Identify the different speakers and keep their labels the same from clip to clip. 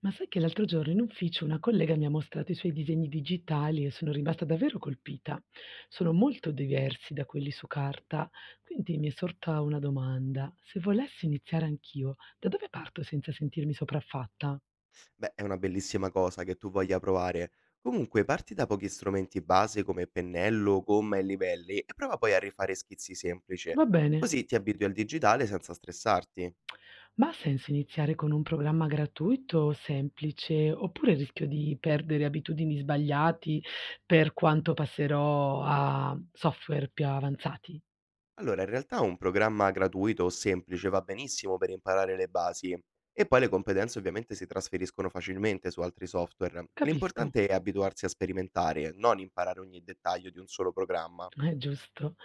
Speaker 1: Ma sai che l'altro giorno in ufficio una collega mi ha mostrato i suoi disegni digitali e sono rimasta davvero colpita. Sono molto diversi da quelli su carta, quindi mi è sorta una domanda. Se volessi iniziare anch'io, da dove parto senza sentirmi sopraffatta?
Speaker 2: Beh, è una bellissima cosa che tu voglia provare. Comunque, parti da pochi strumenti base come pennello, gomma e livelli e prova poi a rifare schizzi semplici.
Speaker 1: Va bene,
Speaker 2: Così ti abitui al digitale senza stressarti.
Speaker 1: ma ha senso iniziare con un programma gratuito o semplice, oppure rischio di perdere abitudini sbagliati per quanto passerò a software più avanzati?
Speaker 2: Allora, in realtà un programma gratuito o semplice va benissimo per imparare le basi e poi le competenze ovviamente si trasferiscono facilmente su altri software.
Speaker 1: Capisco.
Speaker 2: L'importante è abituarsi a sperimentare, non imparare ogni dettaglio di un solo programma.
Speaker 1: Giusto.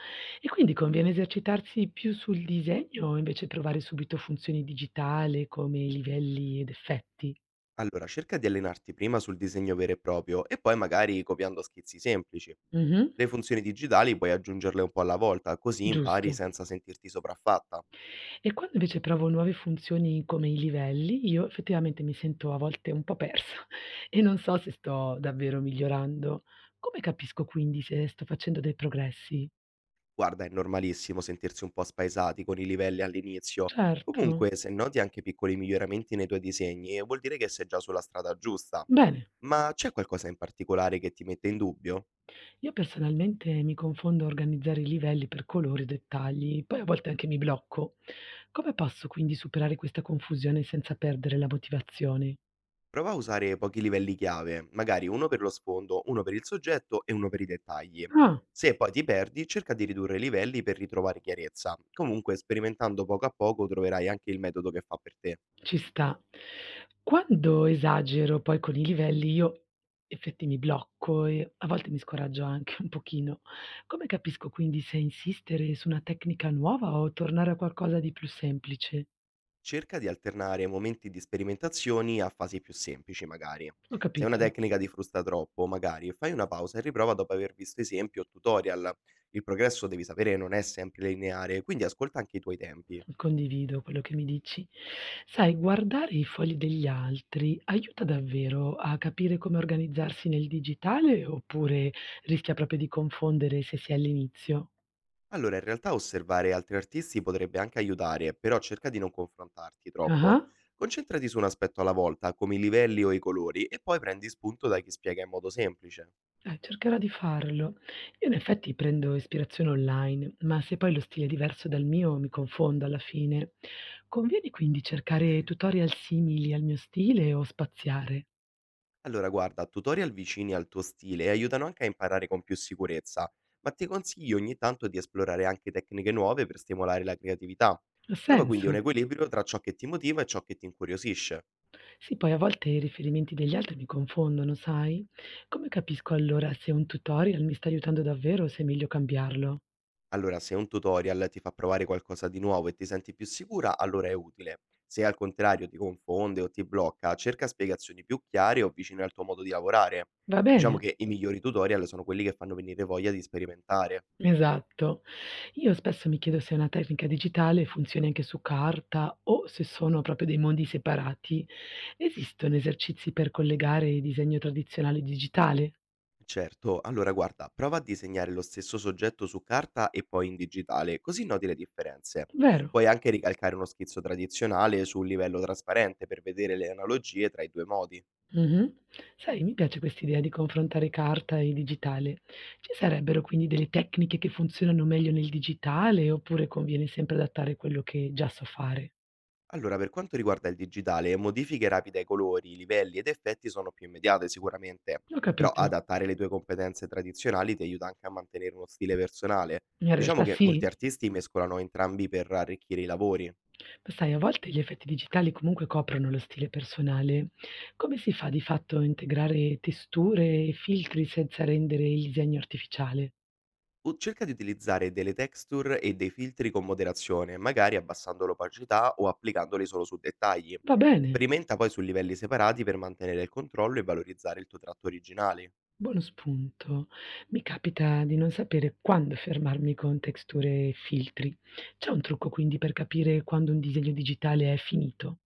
Speaker 1: E quindi conviene esercitarsi più sul disegno o invece provare subito funzioni digitali come livelli ed effetti?
Speaker 2: Allora, cerca di allenarti prima sul disegno vero e proprio e poi magari copiando schizzi semplici.
Speaker 1: Mh-mh,
Speaker 2: Le funzioni digitali puoi aggiungerle un po' alla volta, così impari
Speaker 1: giusto.
Speaker 2: senza sentirti sopraffatta.
Speaker 1: E quando invece provo nuove funzioni come i livelli, io effettivamente mi sento a volte un po' persa e non so se sto davvero migliorando. Come capisco quindi se sto facendo dei progressi?
Speaker 2: Guarda, è normalissimo sentirsi un po' spaesati con i livelli all'inizio.
Speaker 1: Certo.
Speaker 2: Comunque, se noti anche piccoli miglioramenti nei tuoi disegni, vuol dire che sei già sulla strada giusta.
Speaker 1: Bene,
Speaker 2: Ma c'è qualcosa in particolare che ti mette in dubbio?
Speaker 1: io personalmente mi confondo a organizzare i livelli per colori o dettagli, poi a volte anche mi blocco. Come posso quindi superare questa confusione senza perdere la motivazione?
Speaker 2: Prova a usare pochi livelli chiave, magari uno per lo sfondo, uno per il soggetto e uno per i dettagli.
Speaker 1: Ah,
Speaker 2: Se poi ti perdi, cerca di ridurre i livelli per ritrovare chiarezza. Comunque, sperimentando poco a poco, troverai anche il metodo che fa per te.
Speaker 1: ci sta. Quando esagero poi con i livelli io effetti mi blocco e a volte mi scoraggio anche un pochino. Come capisco quindi se insistere su una tecnica nuova o tornare a qualcosa di più semplice?
Speaker 2: Cerca di alternare momenti di sperimentazioni a fasi più semplici, magari.
Speaker 1: Ho
Speaker 2: Se una
Speaker 1: capito.
Speaker 2: tecnica ti frusta troppo, magari fai una pausa e riprova dopo aver visto esempi o tutorial. Il progresso, devi sapere, non è sempre lineare, quindi ascolta anche i tuoi tempi.
Speaker 1: Condivido quello che mi dici. Sai, guardare i fogli degli altri aiuta davvero a capire come organizzarsi nel digitale oppure rischia proprio di confondere se si è all'inizio?
Speaker 2: Allora, in realtà osservare altri artisti potrebbe anche aiutare, però cerca di non confrontarti
Speaker 1: Ah-ah.
Speaker 2: troppo. Concentrati su un aspetto alla volta, come i livelli o i colori, e poi prendi spunto da chi spiega in modo semplice.
Speaker 1: Cercherò di farlo. Io in effetti prendo ispirazione online, ma se poi lo stile è diverso dal mio mi confondo alla fine. Conviene quindi cercare tutorial simili al mio stile o spaziare?
Speaker 2: Allora, guarda, tutorial vicini al tuo stile aiutano anche a imparare con più sicurezza, ma ti consiglio ogni tanto di esplorare anche tecniche nuove per stimolare la creatività.
Speaker 1: Ha
Speaker 2: Trova quindi un
Speaker 1: senso?
Speaker 2: equilibrio tra ciò che ti motiva e ciò che ti incuriosisce.
Speaker 1: Sì, poi a volte i riferimenti degli altri mi confondono, sai? Come capisco allora se un tutorial mi sta aiutando davvero o se è meglio cambiarlo?
Speaker 2: Allora, se un tutorial ti fa provare qualcosa di nuovo e ti senti più sicura, allora è utile. Se al contrario ti confonde o ti blocca, cerca spiegazioni più chiare o vicine al tuo modo di lavorare.
Speaker 1: Va
Speaker 2: Diciamo
Speaker 1: bene?
Speaker 2: che i migliori tutorial sono quelli che fanno venire voglia di sperimentare.
Speaker 1: Esatto. Io spesso mi chiedo se una tecnica digitale funzioni anche su carta o se sono proprio dei mondi separati. Esistono esercizi per collegare il disegno tradizionale e digitale?
Speaker 2: Certo, allora guarda, prova a disegnare lo stesso soggetto su carta e poi in digitale, così noti le differenze.
Speaker 1: Vero?
Speaker 2: Puoi anche ricalcare uno schizzo tradizionale su un livello trasparente per vedere le analogie tra i due modi.
Speaker 1: Mh-mh. Sai, mi piace quest'idea di confrontare carta e digitale. Ci sarebbero quindi delle tecniche che funzionano meglio nel digitale oppure conviene sempre adattare quello che già so fare?
Speaker 2: Allora, per quanto riguarda il digitale, modifiche rapide ai colori, livelli ed effetti sono più immediate sicuramente,
Speaker 1: Ho
Speaker 2: però
Speaker 1: capito.
Speaker 2: adattare le tue competenze tradizionali ti aiuta anche a mantenere uno stile personale.
Speaker 1: In
Speaker 2: Diciamo
Speaker 1: realtà
Speaker 2: che molti
Speaker 1: sì,
Speaker 2: artisti mescolano entrambi per arricchire i lavori.
Speaker 1: ma sai, a volte gli effetti digitali comunque coprono lo stile personale. Come si fa di fatto a integrare testure e filtri senza rendere il disegno artificiale?
Speaker 2: Cerca di utilizzare delle texture e dei filtri con moderazione, magari abbassando l'opacità o applicandoli solo su dettagli.
Speaker 1: Va bene.
Speaker 2: Sperimenta poi su livelli separati per mantenere il controllo e valorizzare il tuo tratto originale.
Speaker 1: Buono spunto. Mi capita di non sapere quando fermarmi con texture e filtri. C'è un trucco quindi per capire quando un disegno digitale è finito?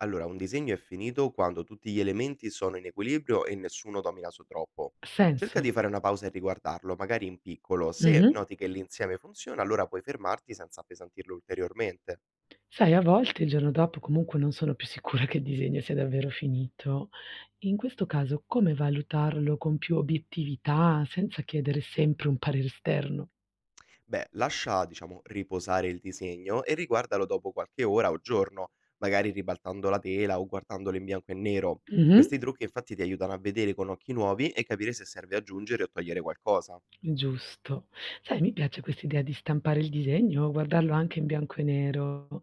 Speaker 2: Allora, un disegno è finito quando tutti gli elementi sono in equilibrio e nessuno domina su troppo.
Speaker 1: Ha
Speaker 2: Cerca
Speaker 1: senso?
Speaker 2: di fare una pausa e riguardarlo, magari in piccolo. Se
Speaker 1: Mh-mh.
Speaker 2: noti che l'insieme funziona, allora puoi fermarti senza appesantirlo ulteriormente.
Speaker 1: Sai, a volte il giorno dopo comunque non sono più sicura che il disegno sia davvero finito. In questo caso come valutarlo con più obiettività senza chiedere sempre un parere esterno?
Speaker 2: Beh, lascia, diciamo, riposare il disegno e riguardalo dopo qualche ora o giorno, magari ribaltando la tela o guardandolo in bianco e nero.
Speaker 1: Mh-mh.
Speaker 2: Questi trucchi infatti ti aiutano a vedere con occhi nuovi e capire se serve aggiungere o togliere qualcosa.
Speaker 1: Giusto. Sai, mi piace quest'idea di stampare il disegno, o guardarlo anche in bianco e nero,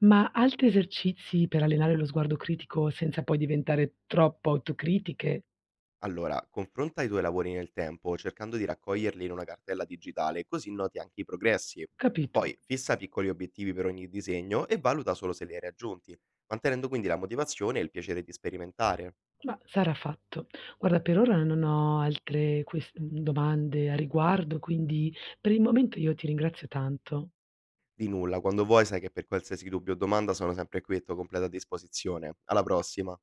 Speaker 1: ma altri esercizi per allenare lo sguardo critico senza poi diventare troppo autocritiche?
Speaker 2: Allora, confronta i tuoi lavori nel tempo, cercando di raccoglierli in una cartella digitale, così noti anche i progressi.
Speaker 1: Capito?
Speaker 2: Poi fissa piccoli obiettivi per ogni disegno e valuta solo se li hai raggiunti, mantenendo quindi la motivazione e il piacere di sperimentare.
Speaker 1: Ma sarà fatto. Guarda, per ora non ho altre domande a riguardo, quindi per il momento io ti ringrazio tanto.
Speaker 2: Di nulla, quando vuoi sai che per qualsiasi dubbio o domanda sono sempre qui a tua completa disposizione. Alla prossima!